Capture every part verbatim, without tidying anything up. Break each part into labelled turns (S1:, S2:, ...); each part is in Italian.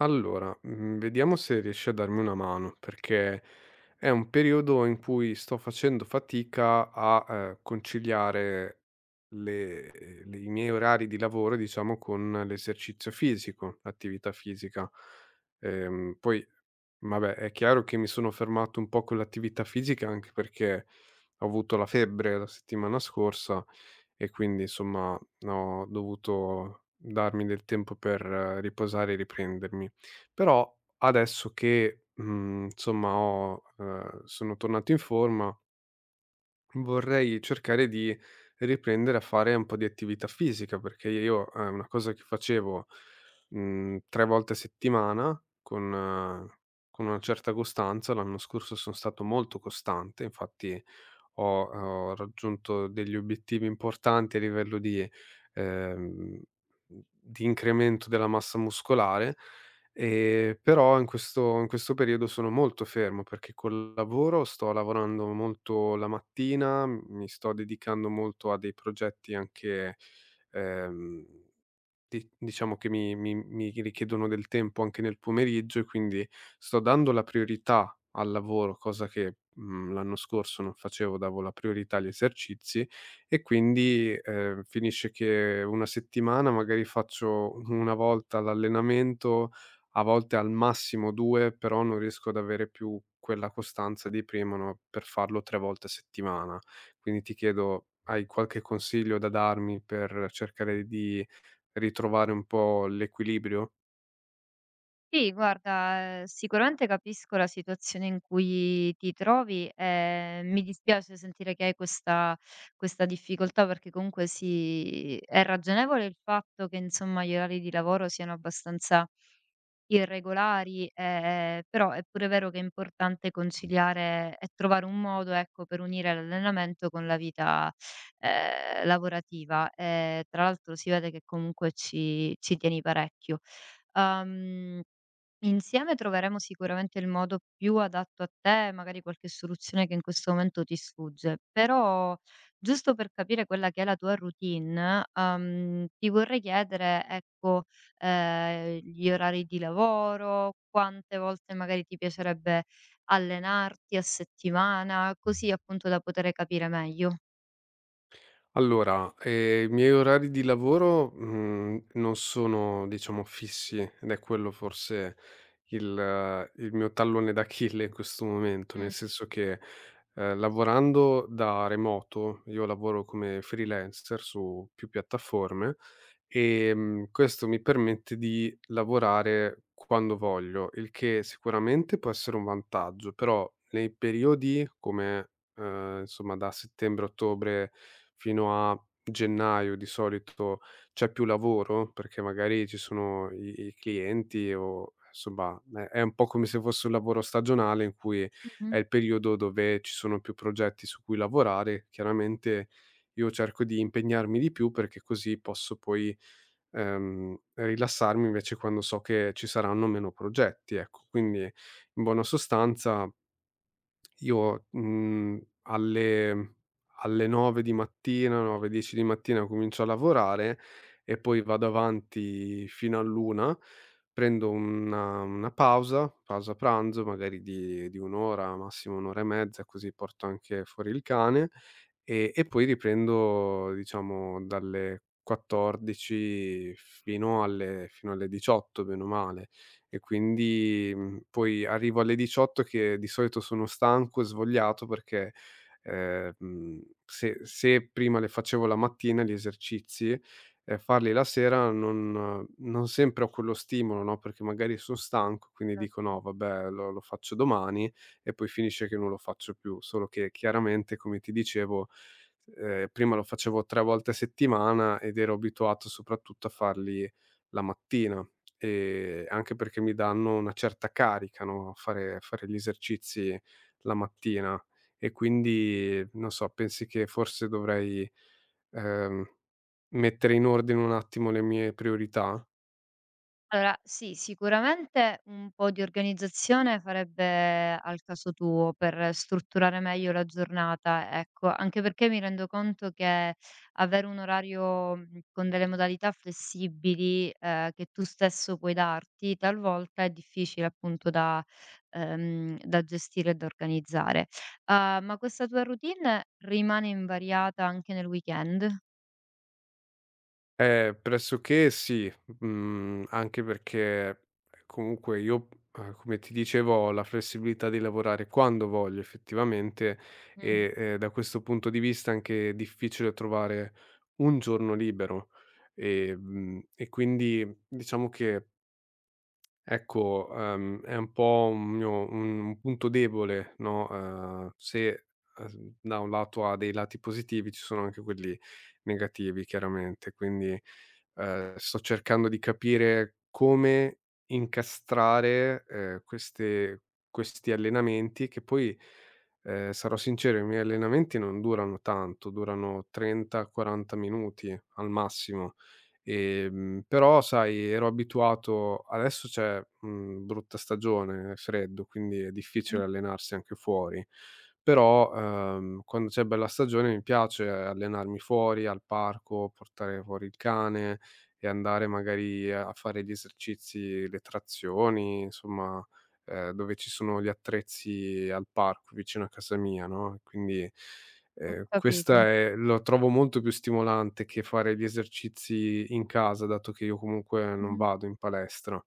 S1: Allora, mhmm, vediamo se riesci a darmi una mano, perché è un periodo in cui sto facendo fatica a, ehm, conciliare le ehm, le i miei orari di lavoro, diciamo, con l'esercizio fisico, l'attività fisica. Ehm, poi, vabbè, è chiaro che mi sono fermato un po' con l'attività fisica, anche perché ho avuto la febbre la settimana scorsa e quindi, insomma, ho dovuto darmi del tempo per eh, riposare e riprendermi. Però adesso che, mhmm, insomma ho ehm, sono tornato in forma, vorrei cercare di riprendere a fare un po' di attività fisica, perché io è una cosa che facevo, mhmm, tre volte a settimana con eh, con una certa costanza. L'anno scorso son stato molto costante, infatti ho ho raggiunto degli obiettivi importanti a livello di ehm, di incremento della massa muscolare, ehm, però in questo in questo periodo sono molto fermo, perché col lavoro sto lavorando molto la mattina, mi sto dedicando molto a dei progetti anche, ehm di diciamo che mi mi mi richiedono del tempo anche nel pomeriggio e quindi sto dando la priorità al lavoro, cosa che, mhmm, l'anno scorso non facevo, davo la priorità agli esercizi e quindi, ehm, finisce che una settimana magari faccio una volta l'allenamento, a volte al massimo due, però non riesco ad avere più quella costanza di prima, no, per farlo tre volte a settimana. Quindi ti chiedo: hai qualche consiglio da darmi per cercare di ritrovare un po' l'equilibrio?
S2: Sì, guarda, ehm, sicuramente capisco la situazione in cui ti trovi, e mi dispiace sentire che hai questa questa difficoltà perché comunque sì, è ragionevole il fatto che, insomma, gli orari di lavoro siano abbastanza irregolari, ehm, però è pure vero che è importante conciliare e trovare un modo, ecco, per unire l'allenamento con la vita, ehm, lavorativa. Ehm, tra l'altro si vede che comunque ci ci tieni parecchio. Uhm, Insieme troveremo sicuramente il modo più adatto a te, magari qualche soluzione che in questo momento ti sfugge. Però, giusto per capire quella che è la tua routine, uhm, ti vorrei chiedere, ecco, ehm, gli orari di lavoro, quante volte magari ti piacerebbe allenarti a settimana, così appunto da poter capire meglio.
S1: Allora, ehm, i miei orari di lavoro, mhmm, non sono diciamo fissi ed è quello forse il eh, il mio tallone d'Achille in questo momento, nel
S2: Mh.
S1: senso che, ehm, lavorando da remoto, io lavoro come freelancer su più piattaforme, ehm, questo mi permette di lavorare quando voglio, il che sicuramente può essere un vantaggio, però nei periodi come Ehm, insomma da settembre-ottobre fino a gennaio di solito c'è più lavoro, perché magari ci sono i i clienti o insomma è è un po' come se fosse un lavoro stagionale in cui è
S2: Mh-mh.
S1: il periodo dove ci sono più progetti su cui lavorare. Chiaramente io cerco di impegnarmi di più perché così posso poi, ehm, rilassarmi invece quando so che ci saranno meno progetti, ecco. Quindi in buona sostanza io, mhmm, alle alle nove di mattina, nove, dieci di mattina comincio a lavorare e poi vado avanti fino all'una. Prendo una una pausa, pausa pranzo magari di di un' ora, massimo un' ora e mezza, così porto anche fuori il cane, e e poi riprendo diciamo dalle quattordici fino alle fino alle diciotto bene o male e quindi, mhmm, poi arrivo alle diciotto che di solito sono stanco, e svogliato perché, ehm, mhmm, se se prima le facevo la mattina gli esercizi, ehm, farli la sera non non sempre ho quello stimolo, no, perché magari son stanco, quindi dico: "No vabbè lo lo faccio domani" e poi finisce che non lo faccio più. Solo che chiaramente, come ti dicevo, ehm, prima lo facevo tre volte a settimana ed ero abituato soprattutto a farli la mattina. Ehm, anche perché mi danno una certa carica, no, fare fare gli esercizi la mattina e quindi, non so, pensi che forse dovrei, ehm, mettere in ordine un attimo le mie priorità?
S2: Allora, sì, sicuramente un po' di organizzazione farebbe al caso tuo per strutturare meglio la giornata, ecco, anche perché mi rendo conto che avere un orario mh, con delle modalità flessibili eh, che tu stesso puoi darti, talvolta è difficile appunto da, ehm, da gestire e da organizzare. Ah, ma questa tua routine rimane invariata anche nel weekend?
S1: Eh, pressoché sì, mhmm, anche perché comunque io, uhm, come ti dicevo, ho la flessibilità di lavorare quando voglio effettivamente
S2: Mm,
S1: e, ehm, da questo punto di vista anche è difficile trovare un giorno libero. Ehm, e quindi diciamo che ecco, ehm, è un po' un mio un punto debole, no, ehm, se, ehm, da un lato ha dei lati positivi, ci sono anche quelli negativi chiaramente, quindi, ehm, sto cercando di capire come incastrare, ehm, queste questi allenamenti che poi, ehm, sarò sincero, i miei allenamenti non durano tanto, durano trenta, quaranta minuti al massimo. Ehm, però sai ero abituato adesso c'è, mhmm, brutta stagione, è freddo, quindi è
S2: mhm,
S1: difficile allenarsi anche fuori, però, ehm, quando c'è bella stagione mi piace allenarmi fuori, al parco, portare fuori il cane e andare magari a fare gli esercizi, le trazioni, insomma, ehm, dove ci sono gli attrezzi al parco vicino a casa mia, no, e quindi
S2: ho
S1: Ehm,
S2: capito.
S1: questa è lo trovo molto più stimolante che fare gli esercizi in casa, dato che io comunque non vado in palestra.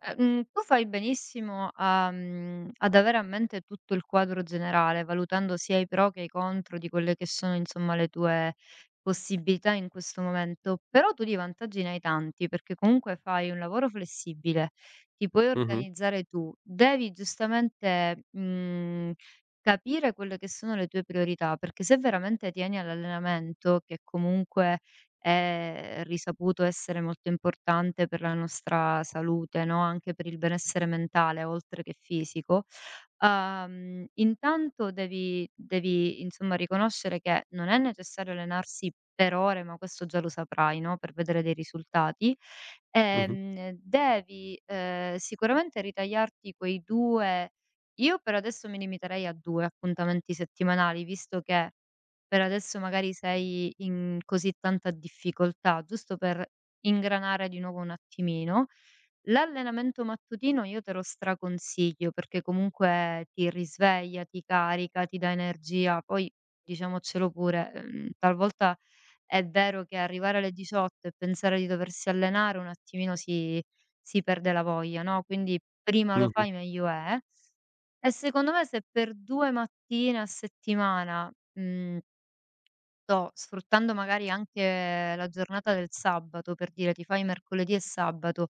S2: Eh, mhmm, Tu fai benissimo a mhmm, ad avere a mente tutto il quadro generale, valutando sia i pro che i contro di quelle che sono, insomma, le tue possibilità in questo momento, però tu di vantaggi ne hai tanti, perché comunque fai un lavoro flessibile, ti puoi
S1: Mh-mh,
S2: organizzare tu, devi giustamente, mhmm, capire quelle che sono le tue priorità, perché se veramente tieni all'allenamento, che comunque è risaputo essere molto importante per la nostra salute, no, anche per il benessere mentale oltre che fisico, uhm, intanto devi devi insomma riconoscere che non è necessario allenarsi per ore, ma questo già lo saprai, no, per vedere dei risultati.
S1: mh-mh,
S2: Ehm, devi, ehm, sicuramente ritagliarti quei due. Io per adesso mi limiterei a due appuntamenti settimanali, visto che per adesso magari sei in così tanta difficoltà, giusto per ingranare di nuovo un attimino. L'allenamento mattutino io te lo straconsiglio perché comunque ti risveglia, ti carica, ti dà energia. Poi diciamocelo pure, ehm, talvolta è vero che arrivare alle diciotto e pensare di doversi allenare un attimino si si perde la voglia, no, quindi prima lo
S1: mh-mh,
S2: fai meglio è. E secondo me se per due mattine a settimana, mhmm so, sfruttando magari anche la giornata del sabato, per dire, ti fai mercoledì e sabato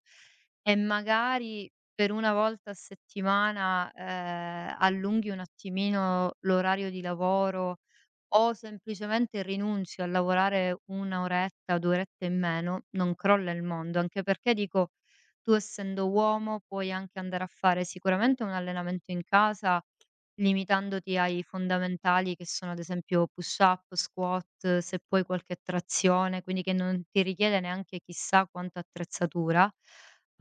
S2: e magari per una volta a settimana, ehm, allunghi un attimino l'orario di lavoro o semplicemente rinunci a lavorare una oretta, due orette in meno, non crolla il mondo. Anche perché dico, tu essendo uomo puoi anche andare a fare sicuramente un allenamento in casa, limitandoti ai fondamentali che sono ad esempio push up, squat, se puoi qualche trazione, quindi che non ti richiede neanche chissà quanta attrezzatura.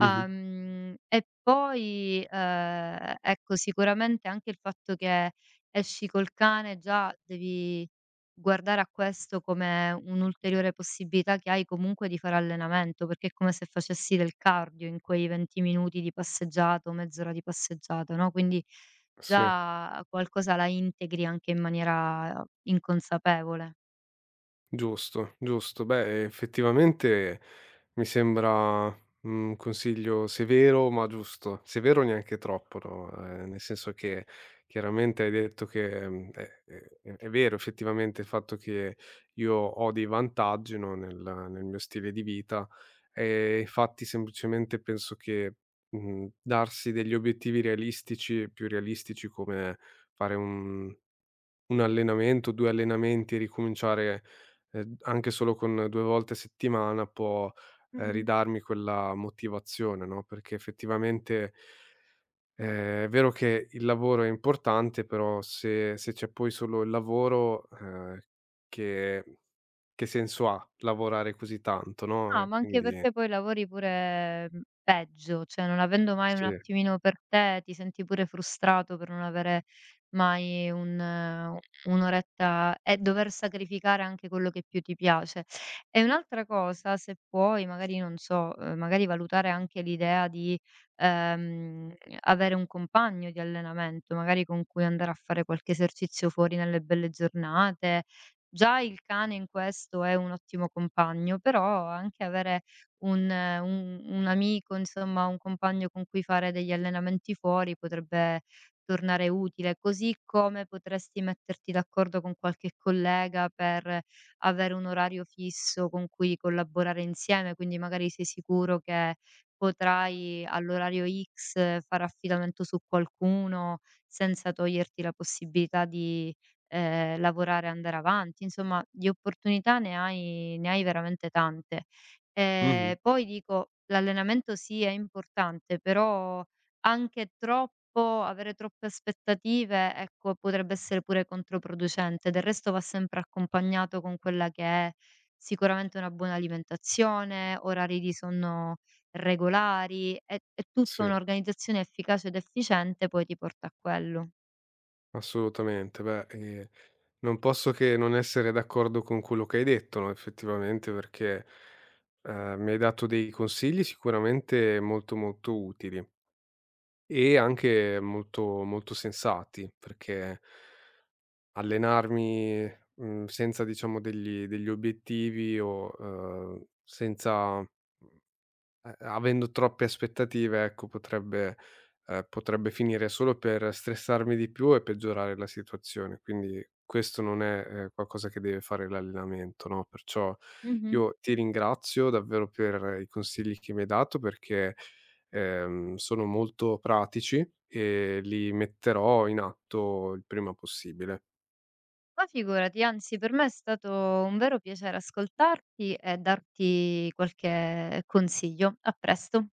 S1: mh-mh,
S2: E poi, ehm, ecco sicuramente anche il fatto che esci col cane già devi guardare a questo come un'ulteriore possibilità che hai comunque di fare allenamento, perché è come se facessi del cardio in quei venti minuti di passeggiato, mezz'ora di passeggiata, no, quindi
S1: sì.
S2: già qualcosa la integri anche in maniera inconsapevole.
S1: Giusto, giusto. Beh, effettivamente mi sembra un consiglio severo, ma giusto. Severo neanche troppo, no, ehm, nel senso che chiaramente hai detto che, mhmm, è è è vero effettivamente il fatto che io ho dei vantaggi, no, nel nel mio stile di vita, ehm, infatti semplicemente penso che, mhmm, darsi degli obiettivi realistici più realistici come fare un 1 allenamento, due allenamenti, ricominciare, ehm, anche solo con due volte a settimana può, ehm,
S2: Mh-mh.
S1: ridarmi quella motivazione, no, perché effettivamente, ehm, è vero che il lavoro è importante, però se se c'è poi solo il lavoro, ehm, che che senso ha lavorare così tanto, no,
S2: No,
S1: e
S2: ma anche
S1: quindi
S2: perché poi lavori pure, mhmm, peggio, cioè non avendo mai un
S1: sì.
S2: attimino per te, ti senti pure frustrato per non avere mai un eh, un'oretta e dover sacrificare anche quello che più ti piace. E un'altra cosa, se puoi, magari non so, uhm, magari valutare anche l'idea di, ehm, avere un compagno di allenamento, magari con cui andare a fare qualche esercizio fuori nelle belle giornate, già il cane in questo è un ottimo compagno, però anche avere un eh, un un amico, insomma, un compagno con cui fare degli allenamenti fuori potrebbe tornare utile, così come potresti metterti d'accordo con qualche collega per avere un orario fisso con cui collaborare insieme, quindi magari sei sicuro che potrai all'orario ics fare affidamento su qualcuno senza toglierti la possibilità di ehm, lavorare, andare avanti, insomma di opportunità ne hai ne hai veramente tante.
S1: Mh-mh,
S2: Ehm, poi dico, l'allenamento sì è importante, però anche troppo avere troppe aspettative, ecco, potrebbe essere pure controproducente. Del resto va sempre accompagnato con quella che è sicuramente una buona alimentazione, orari di sonno regolari e e tutta
S1: sì.
S2: un'organizzazione efficace ed efficiente poi ti porta a quello.
S1: Assolutamente. Beh, ehm, non posso che non essere d'accordo con quello che hai detto, no, effettivamente, perché, ehm, mi hai dato dei consigli sicuramente molto, molto utili e anche molto, molto sensati, perché allenarmi, mhmm, senza diciamo degli degli obiettivi o, ehm, senza eh, avendo troppe aspettative, ecco, potrebbe ehm, potrebbe finire solo per stressarmi di più e peggiorare la situazione. Quindi questo non è, ehm, qualcosa che deve fare l'allenamento, no, perciò
S2: Mh-mh.
S1: io ti ringrazio davvero per i consigli che mi hai dato perché, ehm, sono molto pratici e li metterò in atto il prima possibile.
S2: Ma figurati, anzi per me è stato un vero piacere ascoltarti e darti qualche consiglio. A presto.